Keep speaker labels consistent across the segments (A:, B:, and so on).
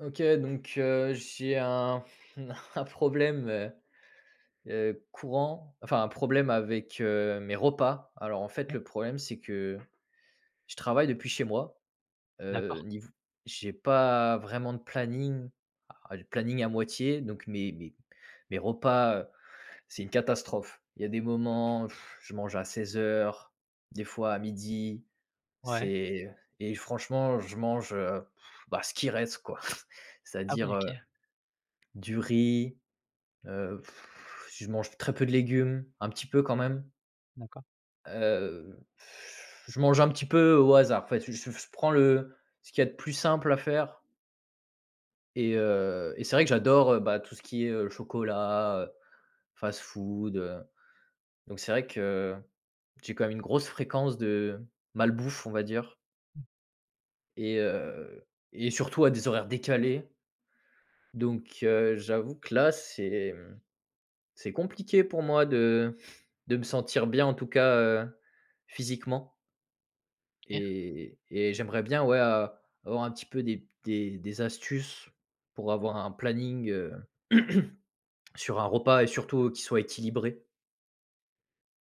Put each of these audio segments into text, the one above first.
A: OK, donc j'ai un un problème, courant, enfin un problème avec, mes repas. Alors en fait,
B: Ouais,
A: le problème, c'est que je travaille depuis chez moi,
B: d'accord,
A: niveau j'ai pas vraiment de planning, ah, le planning à moitié, donc mes repas, c'est une catastrophe. Il y a des moments, je mange à 16 heures, des fois à midi,
B: ouais.
A: c'est et franchement, je mange, bah, ce qui reste quoi.
B: Ah oui,
A: C'est-à-dire,
B: OK.
A: du riz, heu, je mange très peu de légumes, un petit peu quand même,
B: D'accord,
A: heu, je mange un petit peu au hasard. En fait, je prends le ce qu'il y a de plus simple à faire et c'est vrai que j'adore, bah, tout ce qui est, chocolat, fast-food, donc c'est vrai que j'ai quand même une grosse fréquence de malbouffe, on va dire, et heu et surtout à des horaires décalés, donc j'avoue que là, c'est, c'est compliqué pour moi de me sentir bien en tout cas, physiquement
B: OK.
A: et j'aimerais bien, ouais, avoir un petit peu des astuces pour avoir un planning, sur un repas et surtout qui soit équilibré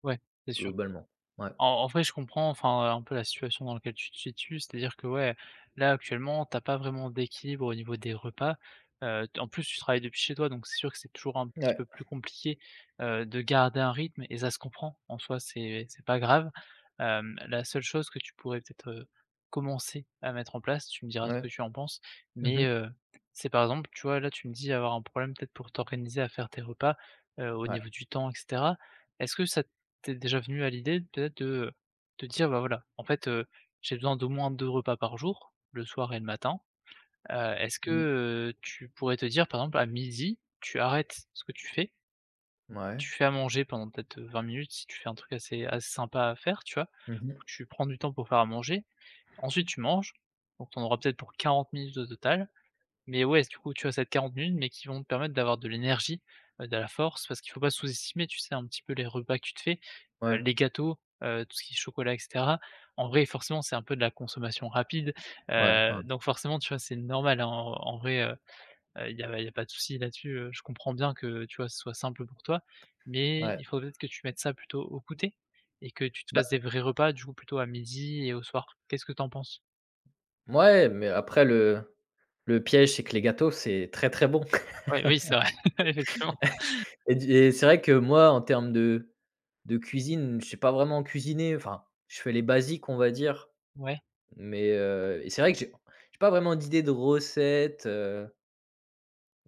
B: Ouais, c'est sûr.
A: globalement. Ouais.
B: En vrai, je comprends, enfin, un peu la situation dans laquelle tu te situes. C'est-à-dire que, ouais, là, actuellement, t'as pas vraiment d'équilibre au niveau des repas. T En plus, tu travailles depuis chez toi, donc c'est sûr que c'est toujours un petit
A: Ouais,
B: peu plus compliqué, de garder un rythme et ça se comprend. En soi, c'est pas grave. La seule chose que tu pourrais peut-être, commencer à mettre en place, tu me diras ce
A: ouais.
B: que tu en penses, mais
A: Mmh.
B: c'est par exemple, tu vois, là, tu me dis avoir un problème peut-être pour t'organiser à faire tes repas, au
A: Ouais.
B: niveau du temps et cetera. Est-ce que ça t'es déjà venu à l'idée peut-être de te dire: «Bah, voilà, en fait, j'ai besoin d'au moins 2 repas par jour, le soir et le matin». Est-ce que,
A: Mmh.
B: tu pourrais te dire, par exemple, à midi tu arrêtes ce que
A: Ouais.
B: tu fais à manger pendant peut-être, 20 minutes si tu fais un truc assez sympa à faire, tu vois?
A: Mmh.
B: Tu prends du temps pour faire à manger, ensuite tu manges, donc tu en auras peut-être pour 40 minutes au total. Mais ouais, du coup, tu vois, ça va être 40 minutes, mais qui vont te permettre d'avoir de l'énergie, de la force, parce qu'il faut pas sous-estimer, tu sais, un petit peu les repas que tu te fais,
A: Ouais,
B: les gâteaux, tout ce qui est chocolat et cetera. En vrai, forcément, c'est un peu de la consommation rapide,
A: ouais, ouais,
B: donc forcément, tu vois, c'est normal, hein, en vrai, il y a pas de souci là-dessus, je comprends bien que, tu vois, ce soit simple pour toi, mais
A: ouais.
B: il faut peut-être que tu mettes ça plutôt au côté et que tu te
A: Bah,
B: fasses des vrais repas, du coup, plutôt à midi et au soir. Qu'est-ce que t'en penses?
A: mouais, mais après le piège, c'est que les gâteaux, c'est très, très bon.
B: Oui, oui, c'est vrai, effectivement,
A: Et c'est vrai que moi, en termes de cuisine, je sais pas vraiment cuisiner, enfin, je fais les basiques, on va dire.
B: ouais.
A: Mais, et c'est vrai que j'ai pas vraiment d'idée de recettes,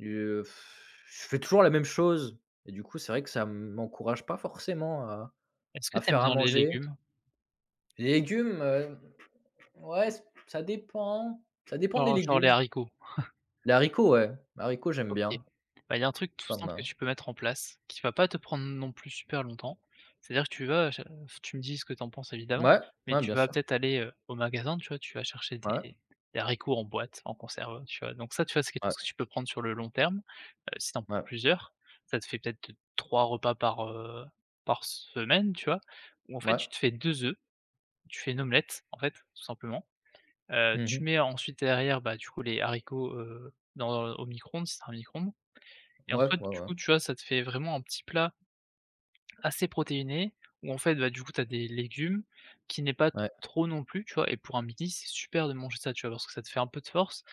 A: heu, je fais toujours la même chose et du coup, c'est vrai que ça m'encourage pas forcément à
B: Est-ce que
A: à
B: t'aimes
A: faire à
B: bien les
A: manger.
B: légumes?
A: Les légumes, ouais, ç ça dépend ça dépend des
B: Genre les
A: légumes.
B: haricots.
A: Les haricots, ouais, les haricots, j'aime
B: OK.
A: bien.
B: Bah, il y a un truc tout
A: Pas
B: simple que
A: ma
B: tu peux mettre en place, qui va pas te prendre non plus super longtemps. C'est-à-dire que tu vas ch tu me dis ce que tu en penses évidemment,
A: Mouais,
B: mais
A: ouais, bien
B: tu vas
A: sûr.
B: peut-être aller, au magasin, tu vois? Tu vas chercher
A: Ouais,
B: des haricots en boîte, en conserve, tu vois? Donc ça, tu vois, c'est quelque
A: ouais,
B: chose que tu peux prendre sur le long terme, si tu en
A: ouais,
B: prends
A: ouais.
B: plusieurs. Ça te fait peut-être 3 repas par, par semaine, tu vois? Où en fait,
A: Ouais.
B: tu te fais 2 œufs, tu fais une omelette, en fait, tout simplement. Tu
A: Mmh.
B: mets ensuite derrière, bah, du coup, les haricots, dans au micro-ondes si c'est un micro-ondes et en
A: Ouais,
B: fait, du
A: ouais,
B: coup, tu vois, ça te fait vraiment un petit plat assez protéiné où en fait, bah, du coup, tu as des légumes qui n'est pas
A: ouais, ouais,
B: trop non plus, tu vois? Et pour un midi, c'est super de manger ça, tu vois? Parce que ça te fait un peu de force,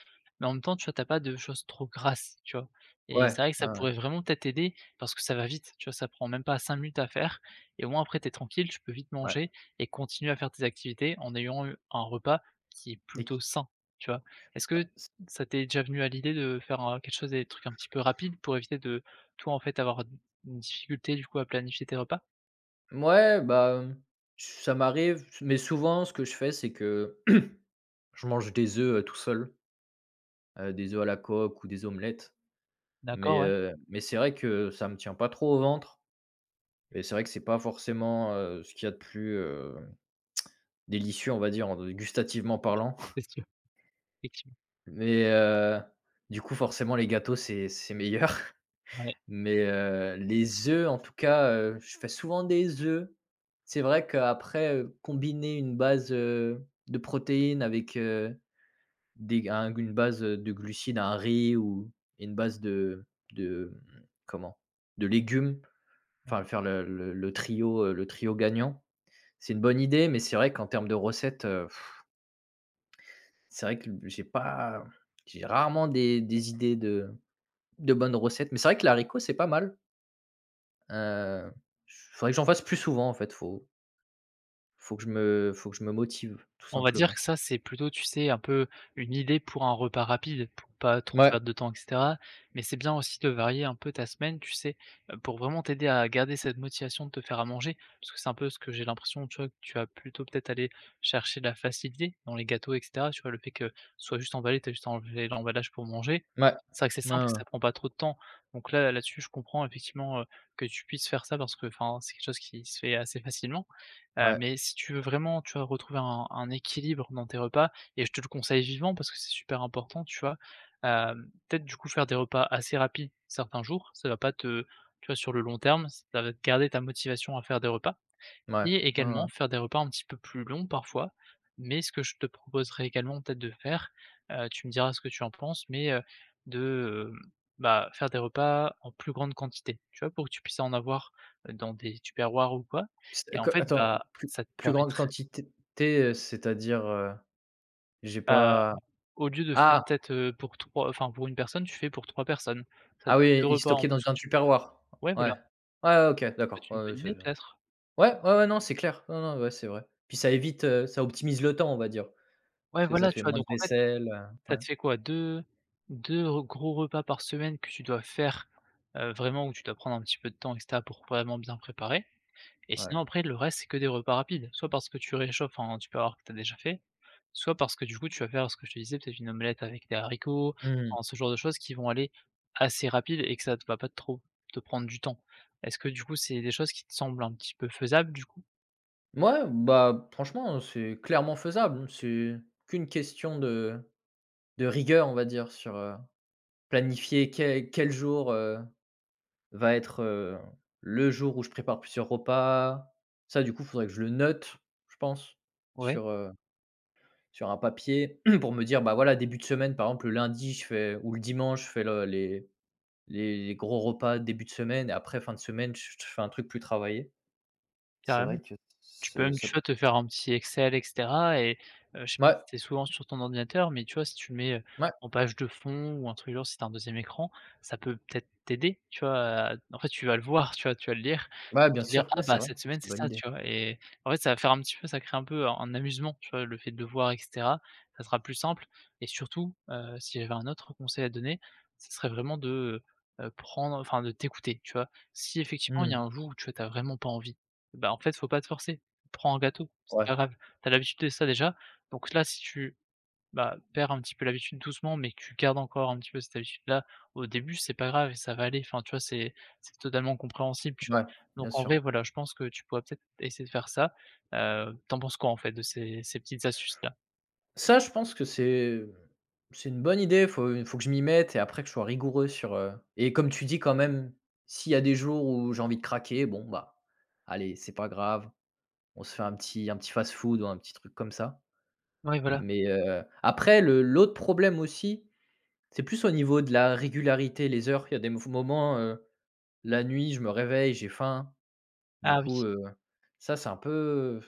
B: mais en même temps, tu vois, t'as pas de choses trop grasses, tu vois? Et
A: ouais,
B: c'est vrai que
A: ouais,
B: ça
A: ouais,
B: pourrait vraiment peut-être t'aider parce que ça va vite, tu vois? Ça prend même pas 5 minutes à faire et au moins après, t'es tranquille, tu peux vite
A: ouais.
B: manger et continuer à faire tes activités en ayant eu un repas qui est
A: et
B: plutôt
A: qui
B: sain, tu vois? Est-ce
A: bah,
B: que
A: c
B: ça t'est déjà venu à l'idée de faire, quelque chose des trucs un petit peu rapides pour éviter de toi, en fait, avoir une difficulté du coup à planifier tes repas?
A: Mouais, bah, ça m'arrive, mais souvent, ce que je fais, c'est que je mange des œufs, tout seul, des œufs à la coque ou des omelettes, mais
B: D'accord, ouais,
A: heu, mais c'est vrai que ça me tient pas trop au ventre et c'est vrai que c'est pas forcément, ce qu'il y a de plus, délicieux, on va dire, en gustativement parlant,
B: c'est sûr, effectivement,
A: mais du coup, forcément, les gâteaux, c'est meilleur.
B: ouais, ouais.
A: Mais les œufs, en tout cas, je fais souvent des œufs. C'est vrai qu'après, combiner une base, de protéines avec, Des un une base, de glucides, un riz ou une base de, comment? De légumes, enfin faire le trio, le trio gagnant. C'est une bonne idée, mais c'est vrai qu'en termes de recettes, c'est vrai que j'ai pas j'ai rarement des idées de bonnes recettes, mais c'est vrai que l'haricot, c'est pas mal. Heu, faudrait que j'en fasse plus souvent en fait, faut faut que je me faut que je me motive tout
B: On va dire
A: simplement.
B: que ça, c'est plutôt, tu sais, un peu une idée pour un repas rapide, pour pas trop
A: Ouais,
B: perdre de temps et cetera. Mais c'est bien aussi de varier un peu ta semaine, tu sais, pour vraiment t'aider à garder cette motivation de te faire à manger. Parce que c'est un peu ce que j'ai l'impression, tu vois, que tu as plutôt peut-être aller chercher de la facilité dans les gâteaux et cetera. Tu vois, le fait que ce soit juste emballé, t'as juste enlevé l'emballage pour manger.
A: ouais.
B: C'est vrai que c'est
A: Ouais,
B: simple et que
A: ouais.
B: ça prend pas trop de temps. Donc là, là-dessus, je comprends effectivement, que tu puisses faire ça parce que, enfin, c'est quelque chose qui se fait assez facilement.
A: Ouais,
B: Mais si tu veux vraiment, tu vois, retrouver un équilibre dans tes repas et je te le conseille vivement parce que c'est super important, tu vois? Peut-être du coup faire des repas assez rapides certains jours, ça va pas te tu vois, sur le long terme, ça va te garder ta motivation à faire des repas.
A: ouais.
B: Et
A: Ouais, ouais.
B: également faire des repas un petit peu plus longs parfois, mais ce que je te proposerais également peut-être de faire, tu me diras ce que tu en penses, mais de, hem, bah, faire des repas en plus grande quantité, tu vois? Pour que tu puisses en avoir dans des tupperwares ou quoi et
A: C'est
B: en
A: que
B: fait,
A: attends,
B: bah,
A: plus
B: ça te
A: plus grande
B: permettrait,
A: quantité, c'est-à-dire, j'ai
B: bah,
A: pas
B: au lieu de faire
A: ah!
B: peut-être, pour 3 enfin pour une personne, tu fais pour 3 personnes. Ça te
A: Ah
B: fait
A: oui,
B: 2
A: il
B: repas en
A: stockait dans
B: plus que
A: un
B: tu peux
A: Tupperware.
B: ouais, voilà,
A: Ouais.
B: ça
A: Ouais, ouais, OK,
B: pourrait
A: d'accord.
B: être une
A: Ouais, ouais,
B: bonne
A: c'est
B: idée peut-être?
A: ouais, ouais, ouais, non, c'est clair. Non, non, ouais, c'est vrai. Puis ça évite, ça optimise le temps, on va dire.
B: Ouais,
A: Parce que ça
B: voilà,
A: fait
B: tu vois?
A: moins de
B: Donc en fait
A: vaisselle,
B: Ça
A: ouais,
B: te fait quoi? Deux 2 re gros repas par semaine que tu dois faire, vraiment où tu dois prendre un petit peu de temps et cetera pour vraiment bien préparer et
A: ouais.
B: sinon après le reste c'est que des repas rapides. Soit parce que tu réchauffes un tupperware que tu as déjà fait, soit parce que du coup tu vas faire ce que je te disais, peut-être une omelette avec des haricots,
A: Mmh.
B: enfin ce genre de choses qui vont aller assez rapide et que ça te va pas trop te prendre du temps. Est-ce que du coup c'est des choses qui te semblent un petit peu faisables du coup?
A: Ouais, bah, franchement, c'est clairement faisable. C'est qu'une question de rigueur, on va dire, sur, planifier quel jour, va être, le jour où je prépare plusieurs repas. Ça, du coup, faudrait que je le note, je pense,
B: Ouais,
A: sur, heu, sur un papier pour me dire: «Bah, voilà, début de semaine», par exemple, le lundi, je fais ou le dimanche, je fais le les gros repas de début de semaine et après, fin de semaine, je fais un truc plus travaillé. C'est
B: carrément?
A: vrai que
B: Tu peux
A: ce
B: même,
A: ça
B: tu vois, te faire un petit Excel et cetera et je sais pas
A: ouais,
B: si tu souvent sur ton ordinateur, mais tu vois, si tu le mets,
A: ouais,
B: en page de fond ou un truc du genre, si t'as un deuxième écran, ça peut peut-être t'aider, tu vois, à en fait, tu vas le voir, tu vois, tu vas le lire,
A: ouais, bien
B: te dire:
A: sûr.
B: «Ah
A: Ouais, c'est
B: bah,
A: vrai,
B: cette semaine,
A: c'est une
B: c'est
A: bonne
B: ça»,
A: idée.
B: tu vois? Et en fait, ça va faire un petit peu ça crée un peu un amusement, tu vois, le fait de le voir et cetera. Ça sera plus simple et surtout, si j'avais un autre conseil à donner, ce serait vraiment de, prendre enfin de t'écouter, tu vois? Si effectivement, il y a
A: Mmh,
B: un jour où tu vois, tu as vraiment pas envie, bah, en fait, faut pas te forcer. Prends un gâteau, c'est
A: ouais,
B: pas grave. Tu as l'habitude de ça déjà. Donc là, si tu, bah, perds un petit peu l'habitude doucement, mais que tu gardes encore un petit peu cette habitude-là, au début, c'est pas grave et ça va aller. Enfin, tu vois, c'est totalement compréhensible, tu vois?
A: ouais,
B: Donc
A: bien
B: en vrai,
A: sûr.
B: voilà, je pense que tu pourrais peut-être essayer de faire ça. Tu penses quoi, en fait, de ces petites astuces-là?
A: Ça, je pense que c'est une bonne idée. Faut que je m'y mette et après que je sois rigoureux sur, et comme tu dis quand même, s'il y a des jours où j'ai envie de craquer, bon, bah, allez, c'est pas grave, on se fait un petit fast-food ou un petit truc comme ça.
B: Oui, voilà.
A: Mais, après le l'autre problème aussi, c'est plus au niveau de la régularité, les heures. Il y a des mouv moments, la nuit, je me réveille, j'ai faim. Du
B: Ah
A: coup,
B: oui.
A: ça, c'est un peu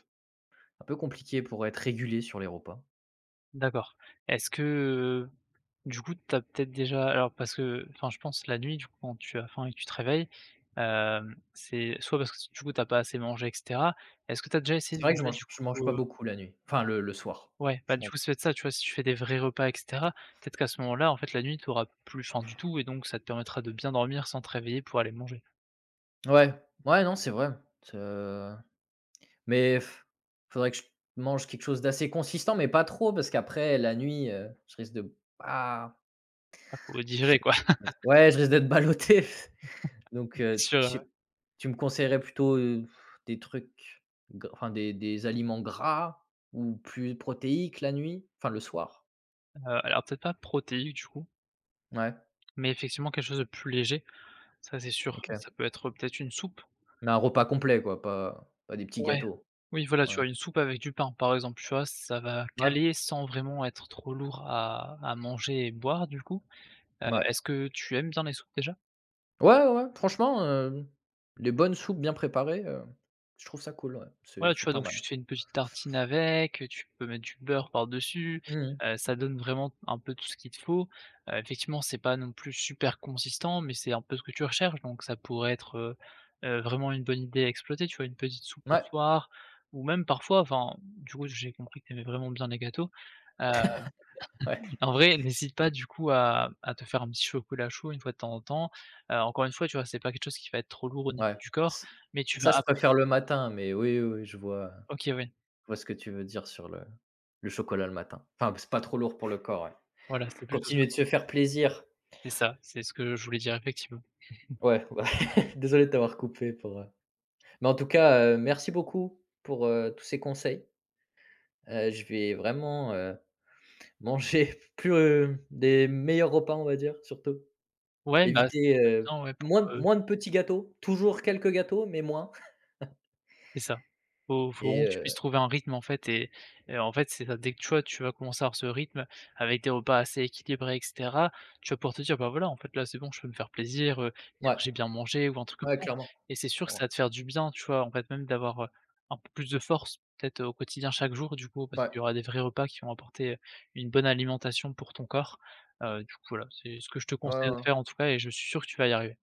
A: un peu compliqué pour être régulé sur les repas.
B: D'accord. Est-ce que, heu, du coup, tu as peut-être déjà alors parce que enfin, je pense la nuit, du coup, quand tu as faim et que tu te réveilles, c'est soit parce que, du coup, t'as pas assez mangé et cetera. Est-ce que tu as déjà
A: C'est
B: essayé de
A: vrai que je
B: manger,
A: mange
B: du
A: je mange
B: coup,
A: pas
B: heu
A: beaucoup la nuit, enfin le soir.
B: ouais, bah,
A: Je
B: du
A: mange
B: coup, c'est peut-être ça, tu vois? Si tu fais des vrais repas et cetera, peut-être qu'à ce moment-là, en fait, la nuit, tu auras plus faim du tout et donc ça te permettra de bien dormir sans te réveiller pour aller manger.
A: Ouais, ouais, non, c'est vrai. C'est, heu, mais faudrait que je mange quelque chose d'assez consistant, mais pas trop parce qu'après la nuit, je risque de ah,
B: Enfin, faut
A: je
B: digérer, quoi,
A: ouais, je risque d'être ballotté. Donc
B: c'est sûr,
A: je sais tu me conseillerais plutôt, des trucs g enfin des aliments gras ou plus protéiques la nuit? Enfin le soir?
B: alors peut-être pas protéique, du coup,
A: Ouais,
B: mais effectivement quelque chose de plus léger, ça, c'est sûr.
A: OK.
B: Ça peut être peut-être une soupe?
A: Mais un repas complet quoi, pas des petits
B: Ouais.
A: gâteaux.
B: Oui, voilà, tu
A: Ouais.
B: vois, une soupe avec du pain, par exemple, tu vois? Ça va
A: Ouais,
B: caler sans vraiment être trop lourd à manger et boire, du coup.
A: ouais.
B: Est-ce que tu aimes bien les soupes, déjà?
A: Ouais, ouais, ouais, franchement, les bonnes soupes bien préparées, je trouve ça cool, ouais, c'est
B: Voilà, tu
A: c'est
B: vois,
A: pas
B: donc tu
A: mal.
B: te fais une petite tartine avec, tu peux mettre du beurre par-dessus,
A: Mmh.
B: ça donne vraiment un peu tout ce qu'il te faut. Effectivement, c'est pas non plus super consistant, mais c'est un peu ce que tu recherches, donc ça pourrait être, vraiment une bonne idée à exploiter, tu vois? Une petite soupe le
A: Ouais,
B: soir ou même parfois, enfin, du coup, j'ai compris que tu aimais vraiment bien les gâteaux, euh,
A: ouais,
B: en vrai, n'hésite pas du coup à te faire un petit chocolat chaud une fois de temps en temps. Encore une fois, tu vois, c'est pas quelque chose qui va être trop lourd au niveau
A: ouais.
B: du corps,
A: Ç
B: mais tu
A: Ça,
B: vas
A: je préfère
B: apprécier.
A: le matin, mais oui, oui, oui, je vois
B: OK, oui,
A: je vois ce que tu veux dire sur le chocolat le matin. Enfin, c'est pas trop lourd pour le corps, ouais.
B: voilà, c'est plutôt ça.
A: Continuer de se faire plaisir.
B: C'est ça, c'est ce que je voulais dire effectivement.
A: Ouais, ouais, désolé de t'avoir coupé pour, mais en tout cas, merci beaucoup pour, tous ces conseils. Je vais vraiment, manger plus, des meilleurs repas, on va dire, surtout.
B: Ouais, bah, ça
A: Éviter,
B: bien, ouais, pour,
A: moins
B: heu
A: moins de petits gâteaux, toujours quelques gâteaux, mais moins
B: C'est ça. Faut
A: et
B: vraiment que tu puisses trouver un rythme en fait et en fait, c'est ça. Dès que tu vois, tu vas commencer à avoir ce rythme avec des repas assez équilibrés et cetera, tu vas pouvoir te dire: «Bah, voilà, en fait, là, c'est bon, je peux me faire plaisir, hier,
A: ouais,
B: j'ai bien mangé» ou un truc comme
A: ouais,
B: ça
A: clairement,
B: et c'est sûr que ça
A: clairement.
B: va te faire du bien, tu vois? En fait, même d'avoir, un peu plus de force peut-être au quotidien chaque jour du coup, parce
A: Ouais,
B: qu'il y aura des vrais repas qui vont apporter, une bonne alimentation pour ton corps. Du coup, voilà, c'est ce que je te
A: ouais,
B: conseille de
A: ouais, ouais.
B: faire en tout cas et je suis sûr que tu vas y arriver.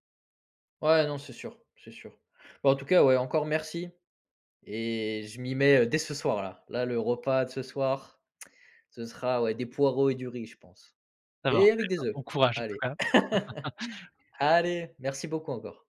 A: Ouais, non, c'est sûr, c'est sûr. Bon, en tout cas, ouais, encore merci et je m'y mets, dès ce soir là. Là, le repas de ce soir, ce sera, ouais, des poireaux et du riz, je pense,
B: Ça va
A: et avec des œufs.
B: Bon courage en tout
A: Allez,
B: cas.
A: allez, merci beaucoup encore.